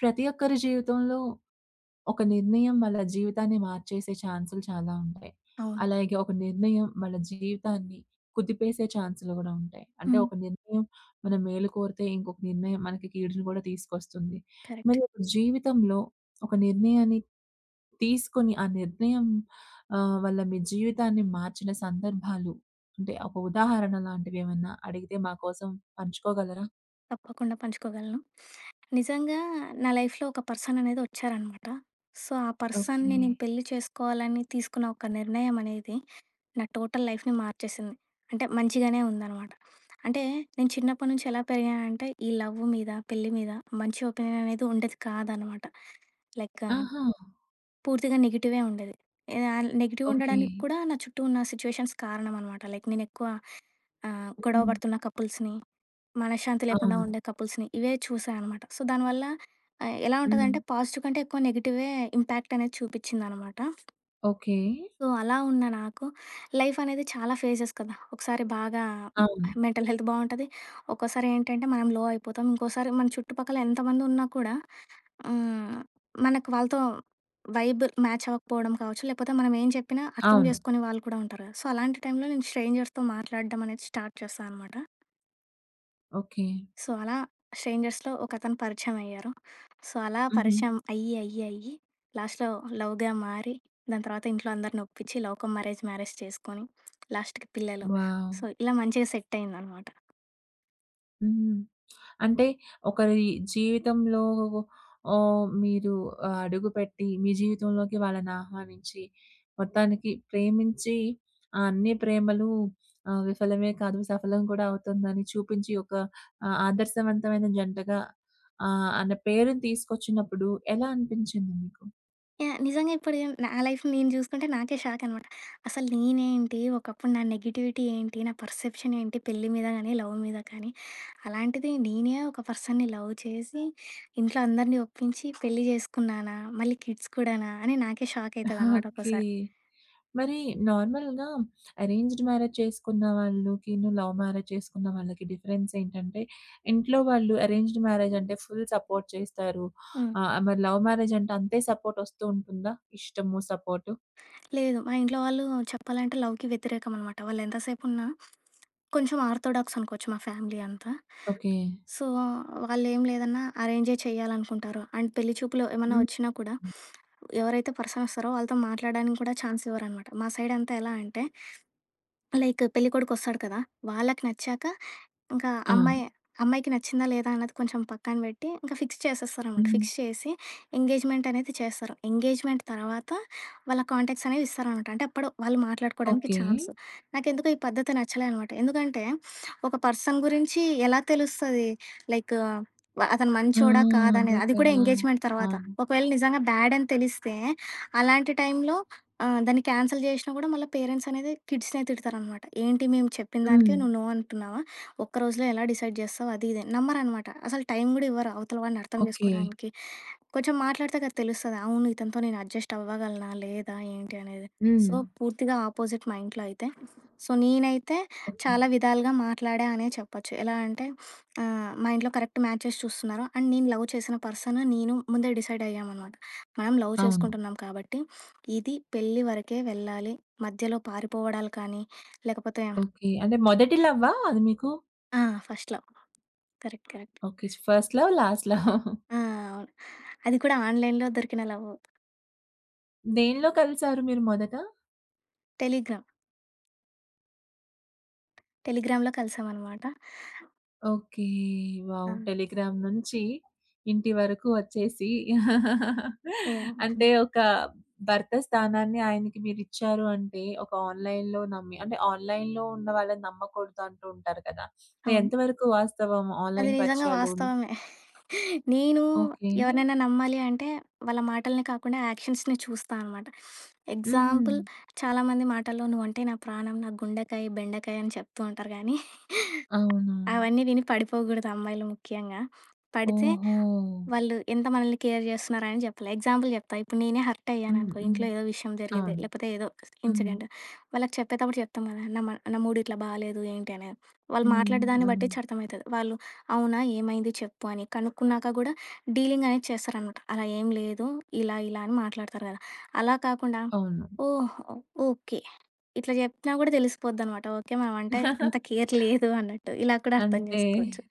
ప్రతి ఒక్కరి జీవితంలో ఒక నిర్ణయం వాళ్ళ జీవితాన్ని మార్చేసే ఛాన్సులు చాలా ఉంటాయి. అవును. అలాగే ఒక నిర్ణయం వాళ్ళ జీవితాన్ని కుదిపేసే ఛాన్సులు గూడా ఉంటాయి. అంటే హ్మ్. ఒక నిర్ణయం మన మేలు కోరితే ఇంకొక నిర్ణయం మనకి కీడుని గూడా తీసుకొస్తుంది. కరెక్ట్. మరి ఒక జీవితంలో ఒక నిర్ణయాన్ని తీసుకొని ఆ నిర్ణయం వల్ల మీ జీవితాన్ని మార్చిన సందర్భాలు అంటే ఒక ఉదాహరణ లాంటివి ఏమన్నా అడిగితే మా కోసం పంచుకోగలరా? తప్పకుండా పంచుకోగలను. నిజంగా నా లైఫ్‌లో ఒక పర్సన్ అనేది వచ్చారనమాట. సో, ఆ పర్సన్‌ని ఓకే. నేను పెళ్లి చేసుకోవాలని తీసుకున్న ఒక నిర్ణయం అనేది నా టోటల్ లైఫ్‌ని మార్చేసింది. అంటే మంచిగానే ఉందనమాట. అంటే నేను చిన్నప్పటి నుంచి ఎలా పెరిగానంటే ఈ లవ్ మీద, పెళ్లి మీద మంచి ఒపీనియన్ అనేది ఉండేది కాదనమాట. లైక్ ఆహా! పూర్తిగా నెగెటివే ఉండేది. Negative okay. ఉండడానికి కూడా నా చుట్టూ ఉన్న సిట్యుయేషన్స్ కారణం అనమాట. లైక్ నేను ఎక్కువ గొడవ హ్మ్. పడుతున్న కపుల్స్‌ని మనశ్శాంతి లేకుండా అవును. ఉండే కపుల్స్‌ని. ఇవే చూసా అనమాట. సో, దానివల్ల ఎలా హ్మ్. ఉంటదంటే పాజిటివ్ కంటే ఎక్కువ నెగెటివే ఇంపాక్ట్ అనేది చూపిచ్చిందనమాట. ఓకే. సో, అలా ఉన్న నాకు లైఫ్ అనేది చాలా ఫేజెస్ కదా! ఒకసారి బాగా అవును. మెంటల్ హెల్త్ బావుంటది. ఒక్కోసారి ఏంటంటే మనం లో అయిపోతాం. ఇంకోసారి మన చుట్టుపక్కల ఎంతమంది ఉన్నా కూడా హ్మ్, మనకు వాళ్ళతో వైబ్ మ్యాచ్ అవ్వకపోవడం కావచ్చు, లేకపోతే మనం ఏం చెప్పినా అర్థం అవును. జేసుకునే వాళ్ళు కూడా ఉంటారు కదా! సో, అలాంటి టైంలో నేను స్ట్రేంజర్స్‌తో మాట్లాడడం అనేది స్టార్ట్ చేస్తా అనమాట. ఓకే. సో, అలా స్ట్రేంజర్స్‌లో ఒకతను పరిచయమయ్యారు. సో, అలా హుహు. పరిచయం అయ్యి లాస్ట్‌లో లవ్‌గా మారి, దాని తర్వాత ఇంట్లో అందరిని ఒప్పించి లవ్ కమ్ మ్యారేజ్, మ్యారేజ్ చేసుకొని లాస్ట్‌కి పిల్లలు. వావ్! సో, ఇలా మంచిగా సెట్టయిందనమాట. హ్మ్. అంటే ఒకరి జీవితంలో ఓహ్, మీరు అడుగుపెట్టి మీ జీవితంలోకి వాళ్ళని ఆహ్వానించి మొత్తానికి ప్రేమించి ఆ అన్ని ప్రేమలు విఫలమే కాదు సఫలం కూడా అవుతుందని చూపించి ఒక ఆదర్శవంతమైన జంటగా అన్న పేరుని తీసుకొచ్చినప్పుడు ఎలా అనిపించింది మీకు? యాహ్! నిజంగా ఇప్పుడు నా లైఫ్ నేను జూసుకుంటే నాకే షాక్ అనమాట. అసలు నేనేంటి? ఒకప్పుడు నా నెగటివిటీ ఏంటి? నా పర్సెప్షన్ ఏంటి? పెళ్లి మీద గానీ, లవ్ మీద కానీ, అలాంటిది నేనే ఒక పర్సన్‌ని లవ్ చేసి, ఇంట్లో అందరిని ఒప్పించి పెళ్లి జేసుకున్నానా? మళ్ళీ కిడ్స్ కూడానా? అని నాకే షాక్ అయితదనమాట ఓకే. ఒక్కోసారి. మరి నార్మల్‌గా అరేంజ్డ్ మ్యారేజ్ చేసుకున్న వాళ్ళకిను, లవ్ మ్యారేజ్ చేసుకున్న వాళ్ళకి డిఫరెన్స్ ఏంటంటే, ఇంట్లో వాళ్ళు అరేంజ్డ్ మ్యారేజ్ అంటే ఫుల్ సపోర్ట్ చేస్తారు. హ్మ్. మరి లవ్ మ్యారేజ్ అంటే అంతే సపోర్ట్ ఒస్తూ ఉంటుందా? ఇష్టము, సపోర్టు? లేదు, మా ఇంట్లో వాళ్ళు చెప్పాలంటే లవ్‌కి వ్యతిరేకం అనమాట. వాళ్ళు ఎంతసేపున్నా కొంచెం ఆర్థోడాక్స్ అనుకోవచ్చు మా ఫ్యామిలీ అంతా. ఓకే. సో, వాళ్ళేం లేదన్నా అరేంజే చేయాలనుకుంటారు. అండ్ పెళ్లి చూపులు ఏమన్నా హ్మ్. వచ్చినా కూడా ఎవరైతే పర్సన్ వస్తారో వాళ్ళతో మాట్లాడడానికి కూడా ఛాన్స్ ఇవ్వరనమాట. మా సైడ్ అంతా ఎలా అంటే లైక్ పెళ్ళికొడుకొస్తాడు కదా! వాళ్ళకి నచ్చాక ఇంకా అవును. అమ్మాయి అమ్మాయికి నచ్చిందా లేదా అన్నది కొంచెం పక్కన పెట్టి, ఇంకా ఫిక్స్ చేసేస్తారనమాట. హ్మ్. ఫిక్స్ చేసి ఎంగేజ్‌మెంట్ అనేది చేస్తారు. ఎంగేజ్‌మెంట్ తర్వాత వాళ్ళ కాంటాక్ట్స్ అనేవి ఇస్తారనమాట. అంటే అప్పుడు వాళ్ళు మాట్లాడుకోవడానికి ఓకే. ఛాన్స్. నాకెందుకో ఈ పద్ధతి నచ్చలే అనమాట. ఎందుకంటే ఒక పర్సన్ గురించి ఎలా తెలుస్తది? లైక్ అతను ఆ! మంచోడా? కాదా? అదే అనేది. అది కూడా కదా! ఎంగేజ్‌మెంట్ తర్వాత. అవును. ఒకవేళ నిజంగా బ్యాడ్ అని తెలిస్తే అలాంటి టైంలో దాన్ని క్యాన్సిల్ చేషినా కూడా మళ్ళీ పేరెంట్స్ అనేది కిడ్స్‌నే తిడతారనమాట. "ఏంటి మేము చెప్పిన హ్మ్. దానికే నువ్వు నో అంటున్నావా? ఒక్క రోజులో ఎలా డిసైడ్ చేస్తావు అది ఇది అని." నమ్మరనమాట. అసలు టైం గూడా ఇవ్వరు అవతల వాడిని అర్థం ఓకే. చేసుకోడానికి. కొంచెం మాట్లాడితే కదా తెలుస్తది. అవును, ఇతనితో నేను అడ్జస్ట్ అవ్వగలనా? లేదా? ఏంటి? అనేది. హ్మ్. సో, పూర్తిగా ఆపోజిట్ మా ఇంట్లో అయితే. సో, నేనైతే ఓకే. చాలా విధాలుగా మాట్లాడా అనే చెప్పొచ్చు. ఎలా అంటే మా ఇంట్లో కరెక్ట్ మ్యాచెస్ చూస్తున్నారు. అండ్ నేను లవ్ చేసిన పర్సన్ నేను ముందే డిసైడ్ అయ్యామనమాట. మనం లవ్ అవును. చేసుకుంటున్నాం కాబట్టి ఇది పెళ్లి వరకే వెళ్ళాలి. మధ్యలో పారిపోవడాలు కానీ, లేకపోతే ఓకే. అంటే మొదటి లవ్వా అది మీకు? ఆ! First love. Correct, correct. Okay. First love, last love. ఆ! అవును. అది కూడా ఆన్‌లైన్‌లో దొరికిన లవ్వు. దేనిలో కలిసారు మీరు మొదట? టెలిగ్రామ్. టెలిగ్రామ్‌లో కలిసామనమాట. ఓకే. ఆ! వావ్! టెలిగ్రామ్ నుంచి ఇంటి వరకు వచ్చేసి యాహ్! అంటే ఒక భర్త స్థానాన్ని ఆయనకి మీరిచ్చారు అంటే, ఒక ఆన్‌లైన్‌లో నమ్మి అంటే ఆన్‌లైన్‌లో ఉన్న వాళ్ళని నమ్మకూడదు అంటూ ఉంటారు కదా! అవును. ఎంతవరకు వాస్తవం అది ఆన్‌లైన్ నిజంగా పరిచయాలు? వాస్తవమే. నేను ఓకే. ఎవరినైనా నమ్మాలి అంటే వాళ్ళ మాటల్ని కాకుండా యాక్షన్స్‌ని చూస్తా అనమాట. హుహు. ఎగ్జాంపుల్, చాలామంది మాటల్లో "నువ్వంటే నా ప్రాణం, నా గుండెకాయ, బెండకాయ" అని చెప్తూ ఉంటారు గానీ అవును. అవన్నీ విని పడిపోకూడదు అమ్మాయిలు ముఖ్యంగా. పడితే ఓహో! వాళ్ళు ఎంత మనల్ని కేర్ చేస్తున్నారని చెప్పలే. ఎగ్జాంపుల్ చెప్తా. ఇప్పుడు నేనే హర్ట్ హ్మ్. అయ్యాననుకో, హ్మ్. ఇంట్లో ఏదో విషయం జరిగింది, హ్మ్, అవును. లేకపోతే ఏదో హ్మ్. ఇన్సిడెంట్. వాళ్ళకి చెప్పేటప్పుడు చెప్తాం కదా! నా మూడ్ ఇట్లా బాలేదు ఏంటి అనేది. వాళ్ళు అవును, హ్మ్. మాట్లాడే దాన్ని అవును. బట్టిచ్చి అర్థమైతది. వాళ్ళు అవునా? ఏమైంది చెప్పు అని కనుక్కున్నాక కూడా డీలింగ్ అనేది చేస్తారనమాట. అలా ఏం లేదు, ఇలా ఇలా అని మాట్లాడతారు కదా! అలా కాకుండా అవును. ఓహో! ఓకే. ఇట్లా చెప్పినా కూడా తెలిసిపోద్దనమాట. ఓకే, మనమంటే అంత కేర్ లేదు అన్నట్టు. ఇలా కూడా అర్థం అంతే. చేసుకోవచ్చు.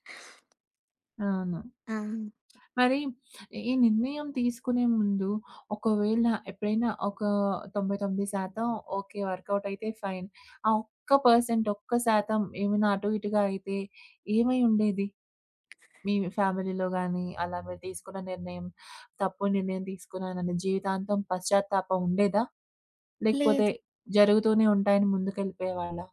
అవును. ఆ! మరి ఈ నిర్ణయం తీసుకునే ముందు ఒకవేళ ఎప్పుడైనా ఒక 99% ఓకే వర్కౌట్ అయితే ఫైన్. ఆ ఒక్క పర్సెంట్, ఒక్క శాతం ఏమైనా అటు ఇటుగా అయితే ఏమై ఉండేది? మీ ఫ్యామిలీలో గాని, అలా మీరు తీసుకున్న నిర్ణయం, తప్పు నిర్ణయం తీసుకున్నానని జీవితాంతం పశ్చాత్తాపం ఉండేదా? లేకపోతే లేదు, జరుగుతూనే ఉంటాయని ముందుకెళ్ళిపోయేవాళ్ళా?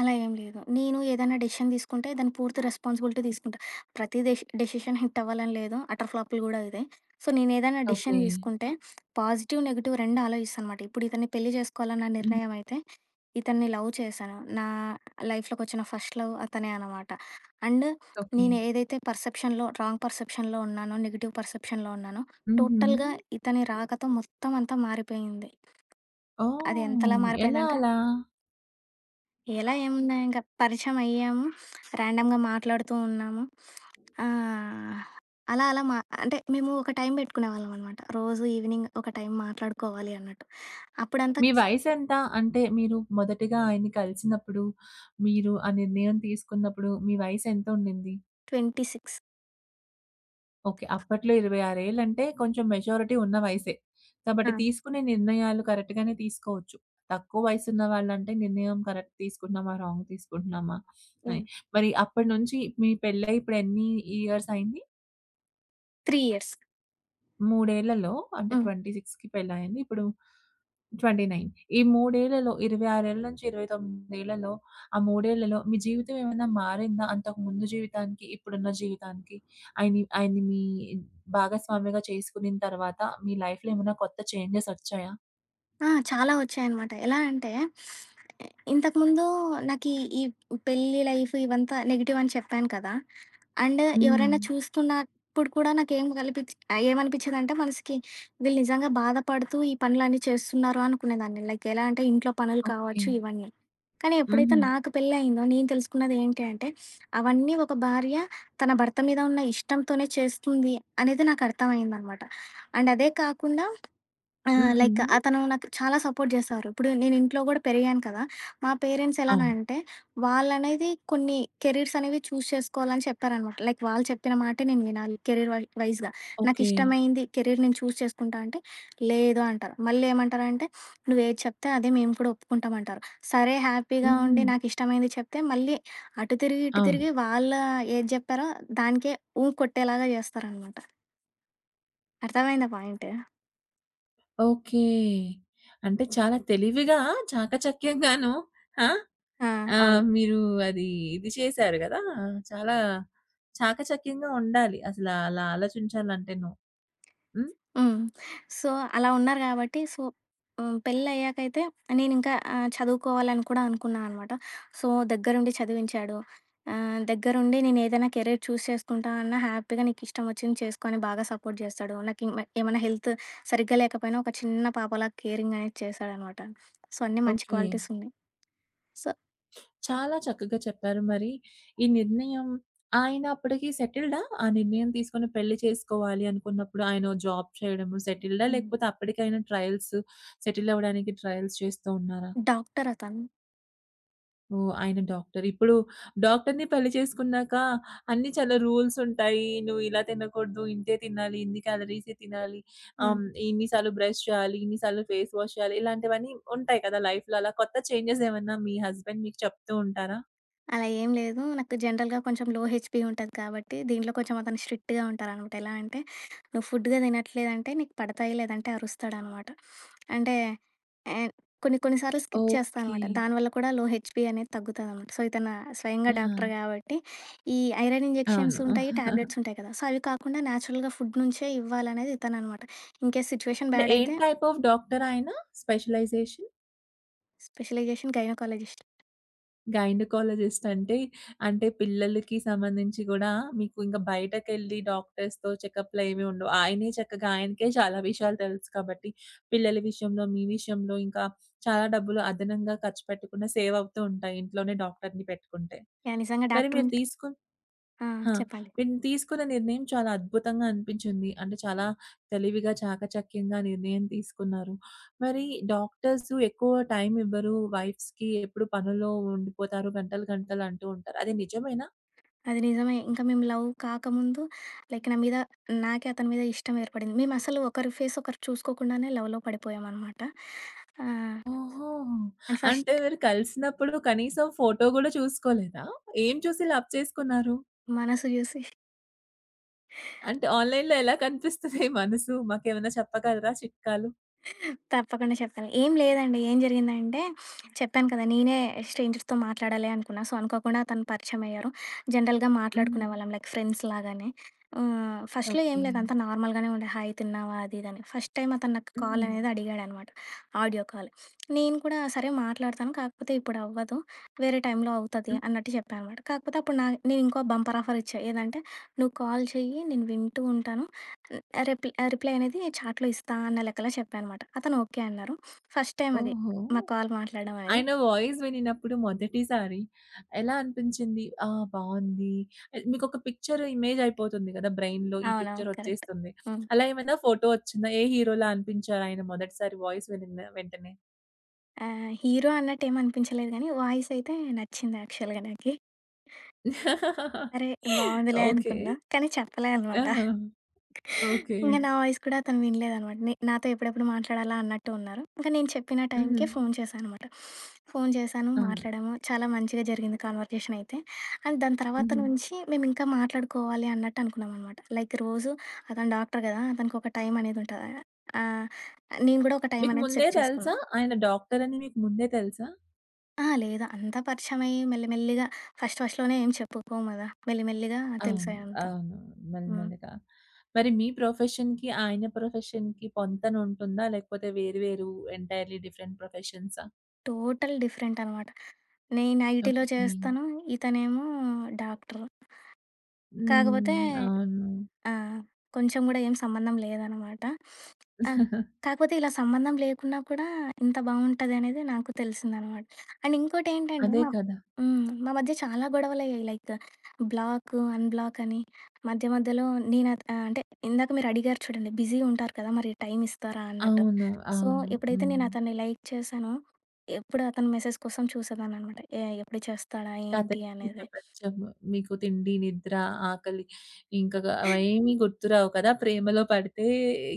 అలా ఏం లేదు. నేను ఏదైనా డెసిషన్ తీసుకుంటే దాని పూర్తి రెస్పాన్సిబిలిటీ తీసుకుంటా. ప్రతి డెసిషన్ హిట్ అవ్వాలని లేదు. అటర్ ఫ్లాపులు గూడా ఇదే. సో, నేనేదైనా డెసిషన్ ఓకే. తీసుకుంటే పాజిటివ్, నెగెటివ్ 2 ఆలోచిస్తా అనమాట. ఇప్పుడు ఇతన్ని పెళ్లి చేసుకోవాలన్న హ్మ్. నిర్ణయం అయితే, ఇతన్ని లవ్ చేశాను. నా లైఫ్‌లోకొచ్చిన ఫస్ట్ లవ్ అతనే అనమాట. And okay. నేను ఏదైతే రాంగ్ పర్సెప్షన్‌లో ఉన్నానో, నెగెటివ్ పర్సెప్షన్‌లో ఉన్నానో, హుహు. టోటల్‌గా ఇతని రాకతో మొత్తం అంతా మారిపోయింది. అది ఎంతలా ఓహ్! ఎలా మారిపోయిందంటే అలా? ఎలా ఏమున్నాయి ఇంక పరిచయం అయ్యాము. ర్యాండమ్‌గా మాట్లాడుతూ ఉన్నాము. ఆహ్, అలా అలా మా అంటే మేము ఒక టైం పెట్టుకునేవాళ్ళం అనమాట. రోజు ఈవినింగ్ ఒక టైం మాట్లాడుకోవాలి అన్నట్టు. అప్పుడంతా మీ వయసెంత? అంటే మీరు మొదటిగా ఆయన్ని కలిసినప్పుడు, మీరు ఆ నిర్ణయం తీసుకున్నప్పుడు మీ వయసెంత ఉండింది? 26. ఓకే. అప్పట్లో 26 ఏళ్ళంటే కొంచెం మెచ్యూరిటీ ఉన్న వయసే. ఆ! కాబట్టి తీసుకునే నిర్ణయాలు కరెక్ట్‌గానే తీసుకోవచ్చు. తక్కువ వయసున్న వాళ్ళంటే నిర్ణయం కరెక్ట్ తీసుకుంటున్నామా? రాంగ్ తీసుకుంటున్నామా? అని. యాహ్! మరి అప్పటి నుంచి మీ పెళ్ళై ఇప్పుడు ఎన్ని ఇయర్స్ అయింది? 3 ఇయర్స్. మూడేళ్లలో అంటే హ్మ్. 26కి పెళ్లయింది. ఇప్పుడు 29 ఈ మూడేళ్లలో 26 ఏళ్ల నుంచి 29 ఏళ్లలో ఆ మూడేళ్లలో మీ జీవితం ఏమైనా మారిందా? అంతకు ముందు జీవితానికి, ఇప్పుడున్న జీవితానికి ఆయన్ని ఆయన్ని మీ భాగస్వామిగా చేసుకునిన తర్వాత మీ లైఫ్‌లో ఏమైనా కొత్త చేంజెస్ వచ్చాయా? ఆ! చాలా వచ్చాయనమాట. ఎలా అంటే ఇంతకుముందు నాకీ ఈ పెళ్లి లైఫ్ ఇవంతా నెగెటివ్ అని చెప్పాను కదా! అండ్ హ్మ్. ఎవరైనా చూస్తున్నప్పుడు కూడా నాకేం కల్పించి ఏమనిపించేదంటే మనసుకి వీళ్ళు నిజంగా బాధపడుతూ ఈ పనులన్నీ చేస్తున్నారు అనుకునేదాన్ని. లైక్ ఎలా అంటే ఇంట్లో పనులు ఓకే. కావచ్చు ఇవన్నీ. కానీ ఎప్పుడైతే హుహు. నాకు పెళ్లయిందో నేను తెలుసుకున్నది ఏంటి అంటే అవన్నీ ఒక భార్య తన భర్త మీద ఉన్న ఇష్టంతోనే చేస్తుంది అనేది నాకు అర్థమయిందనమాట. అండ్ అదే కాకుండా ఆ! హుహు. లైక్ అతను నాకు చాలా సపోర్ట్ జేసేవారు. ఇప్పుడు నేను ఇంట్లో గూడా పెరిగాను కదా! మా పేరెంట్స్ ఎలా అవును. అంటే, వాళ్ళనేది కొన్ని కెరీర్స్ అనేవి చూజ్ చేసుకోవాలని చెప్పారనమాట. లైక్ వాళ్ళు చెప్పిన మాటే నేను వినాలి కెరీర్ వైస్‌గా. ఓకే. నాకిష్టమైంది కెరీర్ నేను చూజ్ చేసుకుంటా అంటే, లేదు అంటారు. మళ్ళీ ఏమంటారంటే, "నువ్వేది చెప్తే అదే మేము కూడా ఒప్పుకుంటాం" అంటారు. సరే హ్యాపీగా హుహు. ఉండి నాకిష్టమైంది చెప్తే, మళ్ళీ అటు తిరిగి, ఇటు అవును. తిరిగి వాళ్ళు ఏది జెప్పారో దానికే ఊ కొట్టేలాగా జేస్తారనమాట. అర్థమైందా పాయింట్? ఓకే. అంటే చాలా తెలివిగా, చాకచక్యంగాను ఆ! ఆ! అవును. మీరు అది ఇది చేశారు గదా! చాలా చాకచక్యంగా ఉండాలి. అసల అలా ఆలోచించాలంటేను. హ్మ్. హ్మ్. సో, అలా ఉన్నారు గాబట్టి సో, హ్మ్, పెళ్ళయ్యాకైతే నేనింకా చదువుకోవాలని కూడా అనుకున్నా అనమాట. సో, దగ్గరుండి చదివించాడు. దగ్గరుండి నేనేదైనా కెరీర్ చూజ్ చేసుకుంటా అన్న హ్యాపీగా నీకిష్టం వచ్చింది చేసుకో అని బాగా సపోర్ట్ చేస్తాడు. నాకు ఇంగ ఏమైనా హెల్త్ సరిగ్గా లేకపోయినా ఒక చిన్న పాపలా కేరింగ్ అనేది చేశాడనమాట. సో, అన్నీ మంచి ఓకే. క్వాలిటీస్ ఉన్నాయి. సో, చాలా చక్కగా చెప్పారు. మరి ఈ నిర్ణయం ఆయన అప్పటికి సెటిల్డా? ఆ నిర్ణయం తీసుకొని పెళ్లి చేసుకోవాలి అనుకున్నప్పుడు ఆయన జాబ్ చేయడము సెటిల్డా? హ్మ్. లేకపోతే అప్పటికి ఆయన ట్రయల్స్ సెటిల్ అవ్వడానికి ట్రయల్స్ చేస్తూ ఉన్నారా? డాక్టర్ అతను. ఓహ్! ఆయన డాక్టర్. ఇప్పుడు డాక్టర్‌ని పెళ్లి చేసుకున్నాక అన్నీ చాలా రూల్స్ ఉంటాయి. నువ్వు ఇలా తినకూడదు, ఇంతే తినాలి, ఇన్ని క్యాలరీసే తినాలి, హ్మ్. ఇన్ని సార్లు బ్రష్ చేయాలి, ఇన్ని సార్లు ఫేస్ వాష్ చేయాలి ఇలాంటివన్నీ ఉంటాయి కదా! లైఫ్‌లో అలా కొత్త చేంజెస్ ఏమన్నా మీ హస్బెండ్ మీకు చెప్తూ ఉంటారా? అలా ఏం లేదు. నాకు జనరల్‌గా కొంచెం లో హెచ్‌పీ ఉంటది కాబట్టి, దీంట్లో కొంచెం అతను స్ట్రిక్ట్‌గా ఉంటారనమాట. ఎలా అంటే, "నువ్వు ఫుడ్‌గా తినట్లేదంటే నీకు పడతాయి, లేదంటే అరుస్తాడనమాట." అంటే ఆహ్, కొన్ని కొన్ని సార్లు స్కిప్ చేస్తా ఓకే. అనమాట. దానివల్ల కూడా లో హెచ్‌పీ అనేది తగ్గుతదనమాట. సో, ఇతను ఆ! స్వయంగా డాక్టర్ కాబట్టి, ఈ ఐరన్ ఇంజెక్షన్స్ అవును. ఉంటాయి, టాబ్లెట్స్ ఉంటాయి కదా! సో, అవి కాకుండా నేచురల్‌గా ఫుడ్ నుంచే ఇవ్వాలనేది ఇతననమాట. ఇన్‌కేస్ సిట్యుయేషన్ అంటే బ్యాడ్ ఏం అయితే టైప్ ఆఫ్ డాక్టర్ ఆయన స్పెషలైజేషన్? Specialization gynaecologist. గైనకాలజిస్ట్ అంటే, అంటే పిల్లలకి సంబంధించి గూడా మీకు ఇంక బయటకెళ్ళి డాక్టర్స్‌తో చెకప్‌లు ఏమి ఉండవు. ఆయనే చక్కగా ఆయనకే చాలా విషయాలు తెలుసు కాబట్టి, పిల్లల విషయంలో, మీ విషయంలో ఇంకా చాలా డబ్బులు అదనంగా ఖర్చు పెట్టకుండా సేవ్ అవుతూ ఉంటాయి ఇంట్లోనే డాక్టర్‌ని పెట్టుకుంటే. యాహ్! నిజంగా మరి డాక్టర్ మీరు ఉంటే తీసుకున్న ఆ! ఆ! చెప్పండి. వీళ్ళు తీసుకున్న నిర్ణయం చాలా అద్భుతంగా అనిపించింది. అంటే చాలా తెలివిగా, చాకచక్యంగా నిర్ణయం తీసుకున్నారు. మరి డాక్టర్స్ ఎక్కువ టైమ్ ఇవ్వరు వైఫ్స్‌కి. ఎప్పుడు పనుల్లో ఉండిపోతారు గంటలు, గంటలు అంటూ ఉంటారు. అది నిజమేనా? అది నిజమే. ఇంకా మేము లవ్ కాకముందు లైక్ నా మీద నాకే అతని మీద ఇష్టం ఏర్పడింది. మేమసలు ఒకరి ఫేస్ ఒకరు చూసుకోకుండానే లవ్‌లో పడిపోయామనమాట. ఆహ్, ఓహో! అండ్ అంటే ఫస్ట్ మీరు కలిసినప్పుడు కనీసం ఫోటో గూడా చూసుకోలేదా? ఏం చూసి లవ్ చేసుకున్నారు? మనసు చూసి అంటే ఆన్‌లైన్‌లో ఎలా కనిపిస్తది మనసు? మాకేమైనా చెప్పగలరా చిట్కాలు? తప్పకుండా చెప్తాను. ఏం లేదండి. ఏం జరిగిందంటే చెప్పాను కదా! నేనే స్ట్రేంజర్స్‌తో మాట్లాడాలి అనుకున్నా. సో, అనుకోకుండా తను పరిచయమయ్యారు. జనరల్‌గా హ్మ్. మాట్లాడుకునే వాళ్ళం లైక్ ఫ్రెండ్స్ లాగానే. హ్మ్. ఫస్ట్‌లో ఏం ఓకే. లేదు. అంతా నార్మల్‌గానే ఉండే. హాయ్ తిన్నావా? అది ఇది అని. ఫస్ట్ టైమ్ అతను నాకు కాల్ హ్మ్. అనేది అడిగాడనమాట. Audio call. నేను కూడా సరే మాట్లాడతాను. కాకపోతే ఇప్పుడు అవ్వదు. వేరే టైంలో అవుతది హ్మ్. అన్నట్టు చెప్పాననమాట. కాకపోతే అప్పుడు నేను ఇంకో బంపర్ ఆఫర్ ఇచ్చా. ఏదంటే నువ్వు కాల్ చెయ్యి. నేను వింటూ ఉంటాను. రిప్లై రిప్లై అనేది చాట్‌లో ఇస్తా అన్న లెక్కలో చెప్పా అనమాట. అతను ఓకే అన్నారు. ఫస్ట్ టైమ్ అది ఓహో! మా కాల్ మాట్లాడడం అనేది. ఆయన వాయిస్ వినినప్పుడు మొదటిసారి ఎలా అనిపించింది? ఆ! బావుంది. మీకొక పిక్చర్ ఇమేజ్ అయిపోతుంది గదా! బ్రెయిన్‌లో ఈ అవునవును. Picture correct. ఒచ్చేస్తుంది. హ్మ్. అలా ఏమైనా ఫోటో ఒచ్చిందా? ఏ హీరోలా అనిపించారు ఆయన మొదటిసారి వాయిస్ వినిన వెంటనే? హీరో అన్నట్టు ఏమి అనిపించలేదు గానీ వాయిస్ అయితే నచ్చింది యాక్చువల్‌గా నాకి. అరే! బావుందిలే ఓకే. అనుకున్నా. కానీ చెప్పలే అనమాట. ఆహా! ఓకే. ఇంక నా వాయిస్ కూడా అతను వినలేదనమాట. నాతో ఎప్పుడెప్పుడు మాట్లాడాలా అన్నట్టు ఉన్నారు. ఇంక నేను చెప్పిన హుహు. టైంకే ఫోను చేశాననమాట. ఫోను చేశాను, అవును. మాట్లాడాము. చాలా మంచిగా జరిగింది కన్వర్జేషన్ అయితే. అండ్ దాని తర్వాత హుహు. నుంచి మేమింకా మాట్లాడుకోవాలి అన్నట్టు అనుకున్నామనమాట. లైక్ రోజు అతను డాక్టర్ గదా! అతనికొక టైం అనేది ఉంటది. ఆహ్, నేను గూడా ఒక టైం మీకు అనేది ముందే సెట్ చేసుకున్నా. తెలుసా? ఆయన డాక్టర్ అని మీకు ముందే తెలుసా? అహా! లేదు. అంతా పరిచయమయ్యి మెల్లిమెల్లిగా ఫస్ట్‌లోనే ఏం చెప్పుకోము గదా! మెల్లిమెల్లిగా అవును. తెలిసాయంతా. అవును. హ్మ్. మెల్లమెల్లగా. మరి మీ ప్రొఫెషన్‌కి, ఆయన ప్రొఫెషన్‌కి పొంతనుంటుందా? లేకపోతే వేరు వేరు ఎంటైర్‌లీ డిఫరెంట్ ప్రొఫెషన్సా? టోటల్ డిఫరెంట్ అనమాట. నేను ఐటీలో ఓకే. చేస్తాను. ఇతనేమో డాక్టరు. కాకపోతే హ్మ్. అవును. ఆ! కొంచెం గూడా ఏం సంబంధం లేదనమాట. ఆహ్, కాకపోతే ఇలా సంబంధం లేకున్నా కూడా ఇంత బావుంటదనేది నాకు తెలిసిందనమాట. అండ్ ఇంకోటేంటంటే అదే మా కదా! హ్మ్. మా మధ్య చాలా గొడవలయ్యాయి. లైక్ బ్లాకు, అన్‌బ్లాక్ అని మధ్య మధ్యలో నేను అంటే ఇందాక మీరడిగారు చూడండి బిజీగా ఉంటారు కదా! మరి టైం ఇస్తారా అన్నట్టు. అవును. సో, అవును. ఎప్పుడైతే హ్మ్. నేను అతన్ని లైక్ చేశానో, ఎప్పుడు అతని మెసేజ్ కోసం చూసేదాన్ననమాట. ఎప్పుడు చేస్తాడా ఏంటి కథకి అనేది. ప్రపంచము. మీకు తిండి, నిద్ర, ఆకలి ఇంక గ అవేమీ గుర్తురావు కదా! ప్రేమలో పడితే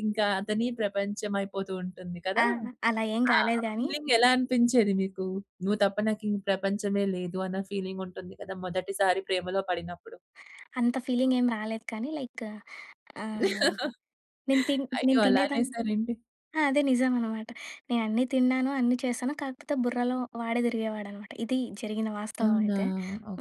ఇంకా అతని ప్రపంచం అయిపోతూ ఉంటుంది కదా! ఆ! అలా ఏం ఆ! కాలేదు గానీ ఫీలింగ్ ఎలా అనిపించేది మీకు? నువ్వు తప్ప నాకింక ప్రపంచమే లేదు అన్న ఫీలింగ్ ఉంటుంది కదా! మొదటిసారి ప్రేమలో పడినప్పుడు. అంత ఫీలింగేం రాలేదు కానీ లైక్ ఆహ్, అయ్యో! నేను అలా తినేదాన్ని. అనేసారేంటి? ఆ! అదే నిజం అనమాట. నేను అన్నీ తిన్నాను, అన్నీ చేశాను. కాకపోతే బుర్రలో వాడే తిరిగేవాడనమాట. ఇది జరిగిన వాస్తవం అవునా? అయితే.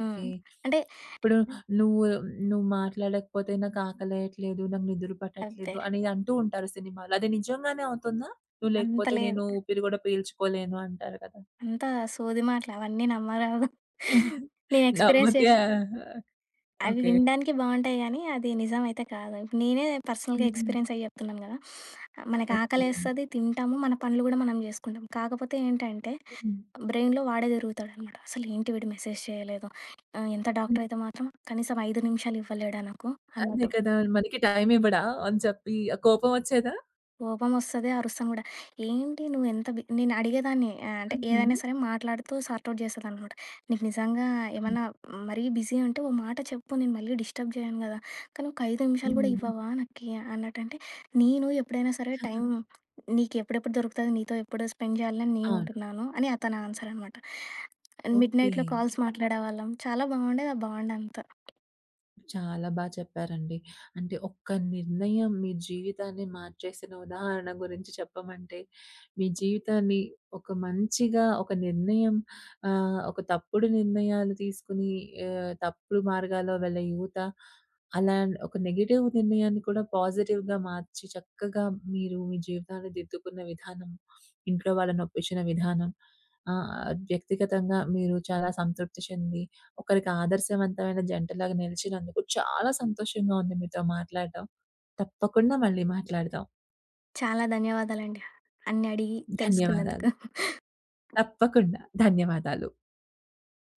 హ్మ్. అంటే ఇప్పుడు నువ్వు నువ్వు మాట్లాడకపోతే నాకు ఆకలేయట్లేదు, నాకు నిద్ర అబ్బే! పట్టట్లేదు అని అంటూ ఉంటారు సినిమాలో. అది నిజంగానే అవుతుందా? నువ్వు అంత లేకపోతే లేదు. నేను ఊపిరి కూడా పీల్చుకోలేను అంటారు కదా! అంత సోది మాటలు అవన్నీ నమ్మరాదు. నేను ఎక్స్‌పీరియన్స్ నమ్మితే చేసి అవి ఓకే. వినడానికి బావుంటాయి గానీ, అది నిజమైతే కాదు. ఇప్పుడు నేనే పర్సనల్‌గా హుహు. ఎక్స్‌పీరియన్స్ అయ్యి చెప్తున్నాను గదా! మనకి ఓకే. ఆకలేస్తది, తింటాము, మన పనులు గూడా మనం జేసుకుంటాం. కాకపోతే ఏంటంటే హ్మ్. బ్రెయిన్‌లో వాడే తిరుగుతాడనమాట. అసలేంటి వీడు మెసేజ్ చేయలేదు. ఎంత డాక్టరయితే మాత్రం కనీసం 5 నిమిషాలు ఇవ్వలేడా నాకు అదే అన్నట్టు. కదా! మనకి టైమివ్వడా అని చెప్పి, ఆ కోపమొచ్చేదా? కోపమొస్తది. అరుస్తాను గూడా. ఏంటి నువ్వెంత బి నేను అడిగేదాన్ని. అంటే హుహు. ఏదైనా సరే మాట్లాడుతూ సార్ట్ ఔట్ చేసేదాన్ననమాట. నీకు నిజంగా హ్మ్. ఏమన్నా మరీ బిజీ అంటే ఓ మాట చెప్పు. నేను మళ్ళీ డిస్టర్బ్ చేయను గదా! కానీ ఒక 5 నిమిషాలు గూడా హ్మ్. ఇవ్వవా నాకి అన్నట్టంటే, నేను ఎప్పుడైనా సరే టైం నీకెప్పుడెప్పుడు దొరుకుతది, నీతో ఎప్పుడు స్పెండ్ చేయాలని అవును. నేనుంటున్నాను అని అతని ఆన్సర్ అనమాట. ఓకే. మిడ్‌నైట్‌లో హ్మ్ కాల్స్ మాట్లాడేవాళ్ళం. చాలా బావుండేది. ఆ బాండ్ అంతా. చాలా బా చెప్పారండి. అంటే ఒక్క నిర్ణయం మీ జీవితాన్ని మార్చేసిన ఉదాహరణ గురించి చెప్పమంటే, మీ జీవితాన్ని ఒక మంచిగా ఒక నిర్ణయం ఒక తప్పుడు నిర్ణయాలు తీసుకొని తప్పుడు మార్గాల్లో వెళ్ళే యువత, అలా ఒక నెగెటివ్ నిర్ణయాన్ని కూడా పాజిటివ్‌గా మార్చి చక్కగా మీరు మీ జీవితాన్ని దిద్దుకున్న విధానం, ఇంట్లో వాళ్ళని ఒప్పించిన విధానం, ఆహ్, వ్యక్తిగతంగా మీరు చాలా సంతృప్తి చెంది ఒకరికి ఆదర్శవంతమైన జంటలాగా నిలిచినందుకు చాలా సంతోషంగా ఉంది మీతో మాట్లాడడం. తప్పకుండా మళ్ళీ మాట్లాడదాం. చాలా ధన్యవాదాలండి. అన్ని అడిగి ధన్యవాదాలు. తెలుసుకున్నందుకు. తప్పకుండా. ధన్యవాదాలు.